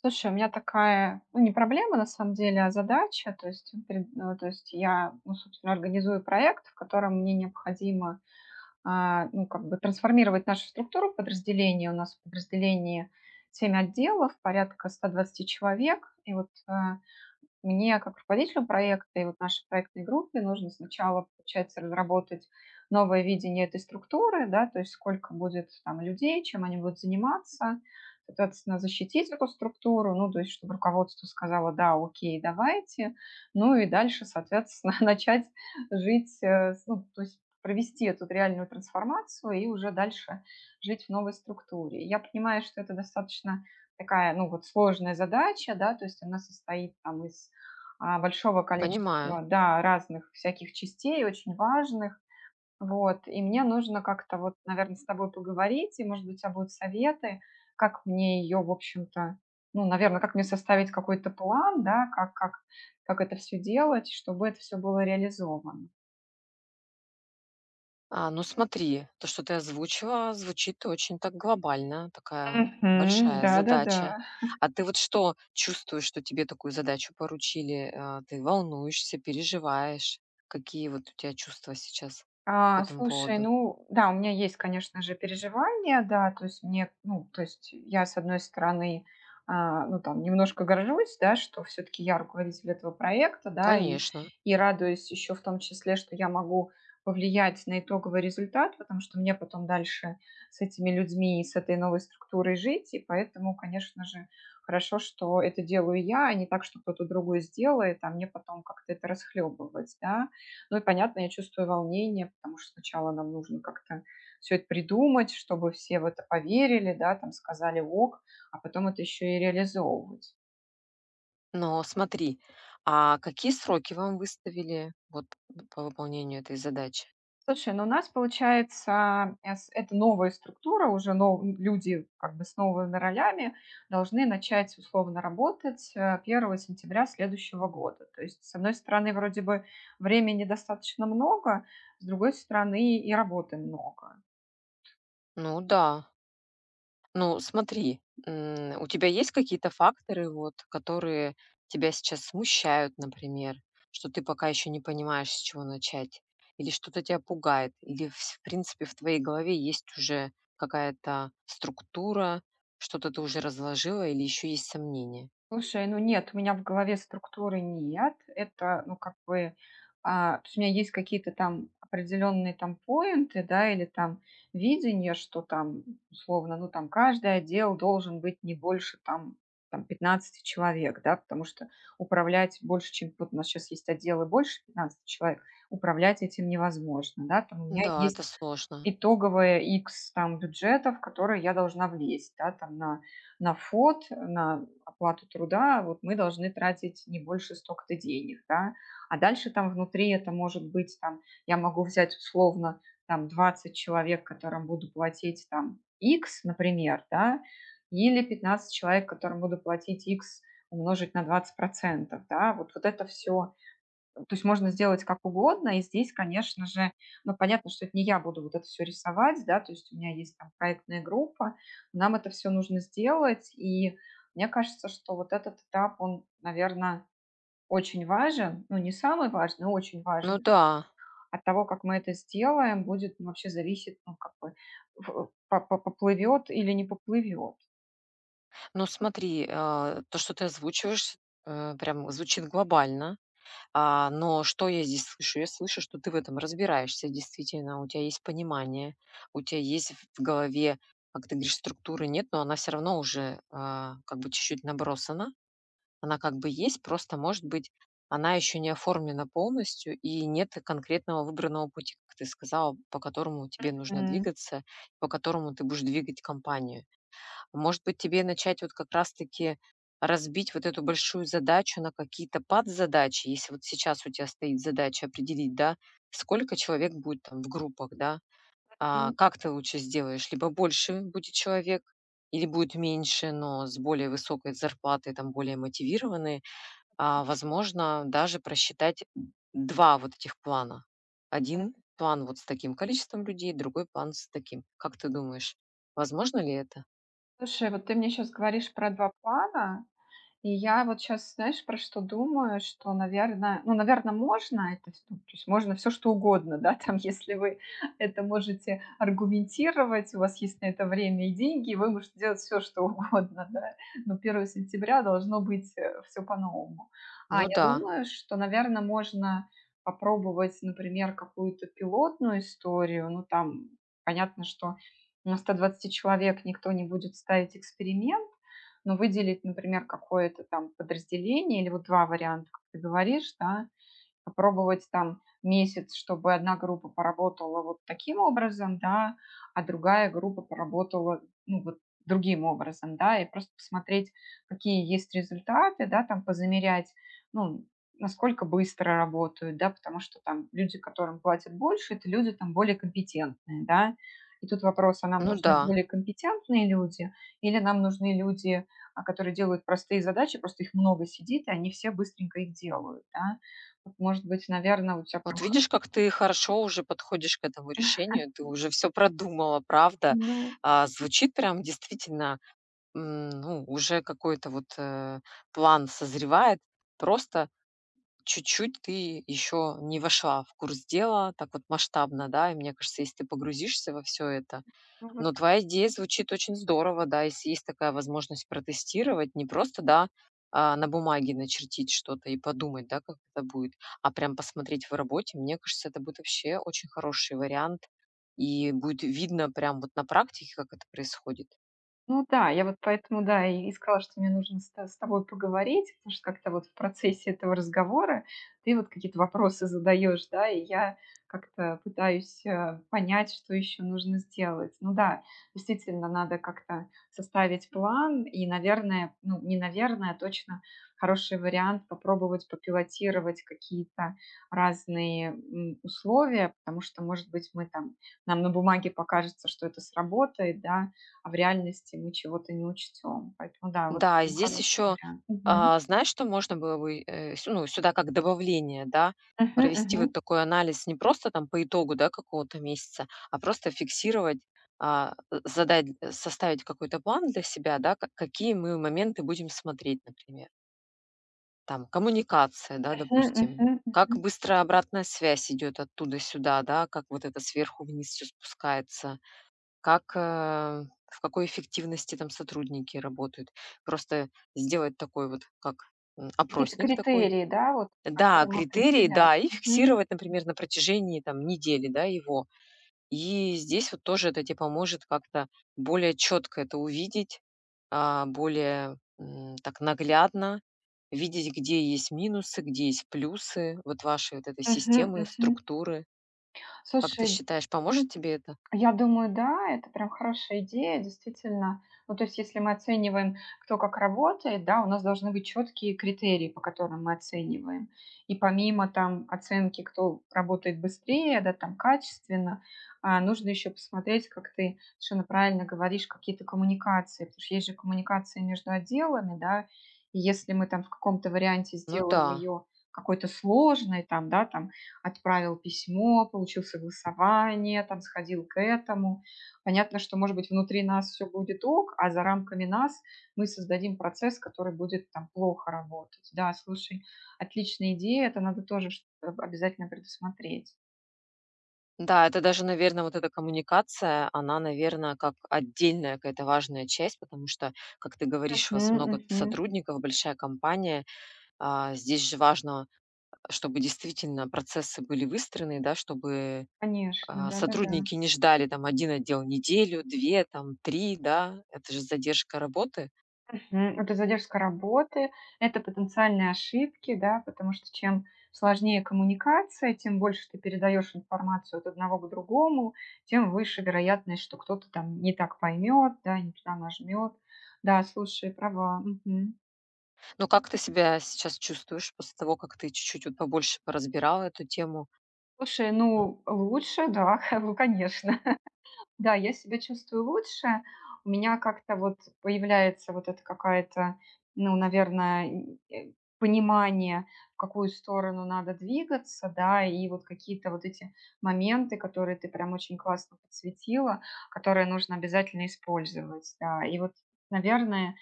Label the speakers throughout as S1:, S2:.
S1: Слушай, у меня такая, ну, не проблема, на самом деле, а задача. То есть, я, ну, собственно, организую проект, в котором мне необходимо, как бы трансформировать нашу структуру подразделения. У нас в подразделении 7 отделов, порядка 120 человек. И вот мне как руководителю проекта и вот нашей проектной группе нужно сначала, получается, разработать новое видение этой структуры, да, то есть сколько будет там людей, чем они будут заниматься, соответственно, защитить эту структуру, ну, то есть чтобы руководство сказало, да, окей, давайте, ну и дальше, соответственно, начать жить, ну, то есть провести эту реальную трансформацию и уже дальше жить в новой структуре. Я понимаю, что это достаточно такая, ну, вот сложная задача, да, то есть она состоит там из большого
S2: Понимаю.
S1: количества, да, разных всяких частей, очень важных. Вот, и мне нужно как-то вот, наверное, с тобой поговорить, и, может быть, у тебя будут советы, как мне ее, в общем-то, ну, наверное, как мне составить какой-то план, да, как это все делать, чтобы это все было реализовано.
S2: Ну смотри, то, что ты озвучила, звучит очень так глобально, такая
S1: Мгм.
S2: большая
S1: Да-да-да.
S2: задача. А ты вот что чувствуешь, что тебе такую задачу поручили? Ты волнуешься, переживаешь? Какие вот у тебя чувства сейчас по этому
S1: Слушай,
S2: поводу?
S1: ну да, у меня есть, конечно же, переживания, да, то есть мне, ну, то есть я, с одной стороны, ну, там, немножко горжусь, да, что все-таки я руководитель этого проекта, да,
S2: Конечно.
S1: и радуюсь еще в том числе, что я могу повлиять на итоговый результат, потому что мне потом дальше с этими людьми и с этой новой структурой жить, и поэтому, конечно же, хорошо, что это делаю я, а не так, что кто-то другой сделает, а мне потом как-то это расхлебывать, да, ну и понятно, я чувствую волнение, потому что сначала нам нужно как-то все это придумать, чтобы все в это поверили, да, там сказали ок, а потом это еще и реализовывать.
S2: Но смотри, какие сроки вам выставили вот по выполнению этой задачи?
S1: Слушай, ну у нас получается, это новая структура, уже люди как бы с новыми ролями должны начать условно работать 1 сентября следующего года. То есть, с одной стороны, вроде бы времени достаточно много, с другой стороны, и работы много.
S2: Ну да. Ну, смотри, у тебя есть какие-то факторы, вот, которые тебя сейчас смущают, например, что ты пока еще не понимаешь, с чего начать, или что-то тебя пугает, или в принципе в твоей голове есть уже какая-то структура, что-то ты уже разложила, или еще есть сомнения?
S1: Слушай, ну нет, у меня в голове структуры нет. Это, ну, как бы, то есть у меня есть какие-то там определенные там поинты, да, или там видение, что там, условно, ну, там каждый отдел должен быть не больше там, там 15 человек, да, потому что управлять больше, чем вот у нас сейчас есть отделы больше 15 человек, управлять этим невозможно, да, там у меня
S2: Да, это
S1: есть
S2: сложно.
S1: итоговое X там бюджетов, которые я должна влезть, да, там на ФОД, на оплату труда, вот мы должны тратить не больше столько-то денег, да, а дальше там внутри это может быть, там, я могу взять условно там 20 человек, которым буду платить там X, например, да, или 15 человек, которым буду платить X умножить на 20%, да, вот, вот это все то есть можно сделать как угодно. И здесь, конечно же, ну, понятно, что это не я буду вот это все рисовать, да, то есть у меня есть там проектная группа, нам это все нужно сделать. И мне кажется, что вот этот этап, он, наверное, очень важен, ну, не самый важный, но очень
S2: Ну
S1: важный.
S2: да.
S1: От того, как мы это сделаем, будет ну, вообще зависеть, ну, как бы, поплывет или не поплывет.
S2: Но смотри, то, что ты озвучиваешь, прям звучит глобально. Но что я здесь слышу? Я слышу, что ты в этом разбираешься действительно, у тебя есть понимание, у тебя есть в голове, как ты говоришь, структуры нет, но она все равно уже, как бы чуть-чуть набросана. Она как бы есть, просто, может быть, она еще не оформлена полностью и нет конкретного выбранного пути, как ты сказала, по которому тебе нужно
S1: М,
S2: двигаться, по которому ты будешь двигать компанию. Может быть, тебе начать вот как раз-таки разбить вот эту большую задачу на какие-то подзадачи, если вот сейчас у тебя стоит задача определить, да, сколько человек будет там в группах, да,
S1: м,
S2: как ты лучше сделаешь, либо больше будет человек, или будет меньше, но с более высокой зарплатой, там более мотивированные, возможно, даже просчитать два вот этих плана.
S1: м.
S2: Один план вот с таким количеством людей, другой план с таким. Как ты думаешь, возможно ли это?
S1: Слушай, вот ты мне сейчас говоришь про два плана, и я вот сейчас, знаешь, про что думаю, что, наверное, ну, наверное, можно это, вс ну, то есть можно все что угодно, да, там, если вы это можете аргументировать, у вас есть на это время и деньги, вы можете делать все что угодно, да, но 1 сентября должно быть, все по-новому. А
S2: Ну
S1: я
S2: да.
S1: думаю, что, наверное, можно попробовать, например, какую-то пилотную историю. Ну, там понятно, что на 120 человек никто не будет ставить эксперимент, но выделить, например, какое-то там подразделение или вот два варианта, как ты говоришь, да, попробовать там месяц, чтобы одна группа поработала вот таким образом, да, а другая группа поработала, ну, вот другим образом, да, и просто посмотреть, какие есть результаты, да, там позамерять, ну, насколько быстро работают, да, потому что там люди, которым платят больше, это люди там более компетентные, да, и тут вопрос, а нам
S2: Ну да.
S1: нужны более компетентные люди или нам нужны люди, которые делают простые задачи, просто их много сидит, и они все быстренько их делают, да. Может быть, наверное, у тебя прям
S2: Вот
S1: х
S2: видишь, как ты хорошо уже подходишь к этому решению, ты уже все продумала, правда.
S1: ну
S2: Звучит прям действительно, ну, уже какой-то вот, план созревает. Просто чуть-чуть ты еще не вошла в курс дела так вот масштабно, да. И мне кажется, если ты погрузишься во все это.
S1: ну вот
S2: Но твоя идея звучит очень здорово, да, если есть такая возможность протестировать, не просто, да, на бумаге начертить что-то и подумать, да, как это будет, а прям посмотреть в работе, мне кажется, это будет вообще очень хороший вариант, и будет видно прям вот на практике, как это происходит.
S1: ну да, я вот поэтому, да, и сказала, что мне нужно с тобой поговорить, потому что как-то вот в процессе этого разговора ты вот какие-то вопросы задаешь, да, и я как-то пытаюсь, понять, что еще нужно сделать. Ну да, действительно, надо как-то составить план и, наверное, ну, не наверное, а точно хороший вариант попробовать попилотировать какие-то разные, условия, потому что, может быть, мы там нам на бумаге покажется, что это сработает, да, а в реальности мы чего-то не учтем. Поэтому да, вот
S2: Да,
S1: прям
S2: здесь
S1: хороший
S2: еще,
S1: вариант. Мгм.
S2: знаешь, что можно было бы, э, сю ну, сюда как добавление, да,
S1: Мгм,
S2: провести вот
S1: мгм.
S2: такой анализ не просто там по итогу, да, какого-то месяца, а просто фиксировать, задать, составить какой-то план для себя, да, ка какие мы моменты будем смотреть, например. Там коммуникация, да,
S1: Мгм,
S2: допустим,
S1: мгм,
S2: как
S1: мгм.
S2: быстро обратная связь идет оттуда сюда, да, как вот это сверху вниз все спускается. Как, в какой эффективности там сотрудники работают. Просто сделать такой вот, как,
S1: Какие-то
S2: опросник такой.
S1: критерии, да, вот по
S2: Да,
S1: которым
S2: критерии,
S1: определять.
S2: да, и
S1: Мгм.
S2: фиксировать, например, на протяжении там недели, да, его. И здесь вот тоже это тебе поможет как-то более четко это увидеть, более, так наглядно видеть, где есть минусы, где есть плюсы вот вашей вот этой
S1: Мгм,
S2: системы,
S1: мгм.
S2: структуры. Как ты
S1: Слушай,
S2: считаешь, поможет тебе это?
S1: я думаю, да, это прям хорошая идея, действительно. Ну, то есть, если мы оцениваем, кто как работает, да, у нас должны быть четкие критерии, по которым мы оцениваем. И помимо там оценки, кто работает быстрее, да, там качественно, нужно еще посмотреть, как ты совершенно правильно говоришь, какие-то коммуникации, потому что есть же коммуникации между отделами, да, и если мы там в каком-то варианте
S2: Ну
S1: сделаем
S2: да.
S1: ее какой-то сложной, там, да, там, отправил письмо, получил согласование, там сходил к этому. Понятно, что, может быть, внутри нас все будет ок, а за рамками нас мы создадим процесс, который будет там плохо работать. Да, слушай, отличная идея, это надо тоже обязательно предусмотреть.
S2: Да, это даже, наверное, вот эта коммуникация, она, наверное, как отдельная какая-то важная часть, потому что, как ты говоришь, у
S1: Мгм,
S2: вас много
S1: мгм.
S2: сотрудников, большая компания. Здесь же важно, чтобы действительно процессы были выстроены, да, чтобы,
S1: Конечно, да-да-да.
S2: сотрудники не ждали там один отдел неделю, 2, там 3, да. Это же задержка работы.
S1: Мгм. Вот и задержка работы - это потенциальные ошибки, да, потому что чем сложнее коммуникация, тем больше ты передаешь информацию от одного к другому, тем выше вероятность, что кто-то там не так поймет, да, не туда нажмет. Да, слушай, права. Мгм.
S2: Но как ты себя сейчас чувствуешь после того, как ты чуть-чуть вот побольше поразбирала эту тему?
S1: Слушай,
S2: А,
S1: ну лучше, да, ну конечно. Да, я себя чувствую лучше. У меня как-то вот появляется вот это какая-то, ну, наверное, э, понимание, в какую сторону надо двигаться, да, и вот какие-то вот эти моменты, которые ты прям очень классно подсветила, которые нужно обязательно использовать, да. И вот, наверное,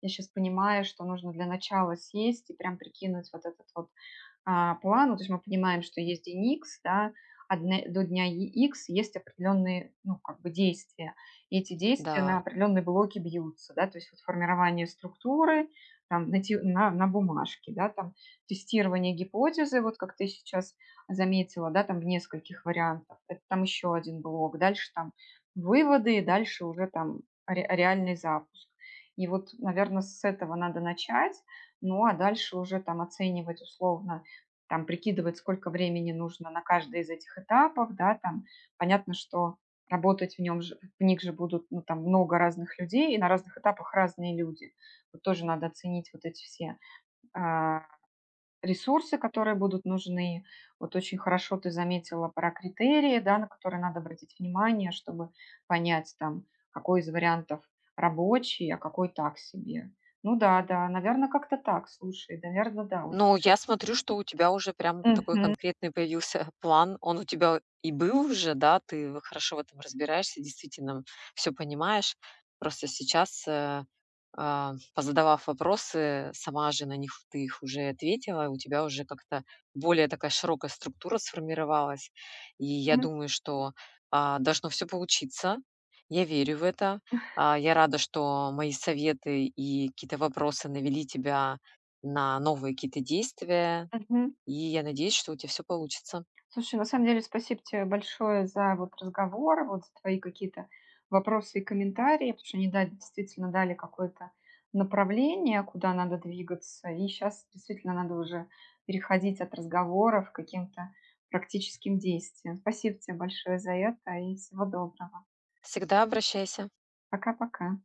S1: я сейчас понимаю, что нужно для начала сесть и прям прикинуть вот этот вот план, ну, то есть мы понимаем, что есть Деникс, да, до дня и X есть определенные, ну, как бы действия. И эти действия
S2: да.
S1: на определенные блоки бьются, да, то есть вот формирование структуры там на бумажке, да, там тестирование гипотезы, вот как ты сейчас заметила, да, там в нескольких вариантах. Это там еще один блок. Дальше там выводы, и дальше уже там реальный запуск. И вот, наверное, с этого надо начать, ну а дальше уже там оценивать условно там прикидывать, сколько времени нужно на каждый из этих этапов, да, там понятно, что работать в нем же, в них же будут, ну, там много разных людей, и на разных этапах разные люди. Вот тоже надо оценить вот эти все а, ресурсы, которые будут нужны. Вот очень хорошо ты заметила про критерии, да, на которые надо обратить внимание, чтобы понять там, какой из вариантов рабочий, а какой так себе. Ну да, да, наверное, как-то так, слушай, наверное, да. уже.
S2: Ну, я смотрю, что у тебя уже прям такой
S1: Мгм.
S2: конкретный появился план. Он у тебя и был уже, да, ты хорошо в этом разбираешься, действительно все понимаешь. Просто сейчас, позадавав вопросы, сама же на них ты их уже ответила, у тебя уже как-то более такая широкая структура сформировалась. И я
S1: Мгм.
S2: думаю, что должно все получиться. Я верю в это. Я рада, что мои советы и какие-то вопросы навели тебя на новые какие-то действия.
S1: Мгм.
S2: И я надеюсь, что у тебя все получится.
S1: Слушай, на самом деле спасибо тебе большое за вот разговор, вот за твои какие-то вопросы и комментарии, потому что они да, действительно дали какое-то направление, куда надо двигаться. И сейчас действительно надо уже переходить от разговоров к каким-то практическим действиям. Спасибо тебе большое за это и всего доброго.
S2: Всегда обращайся.
S1: Пока-пока.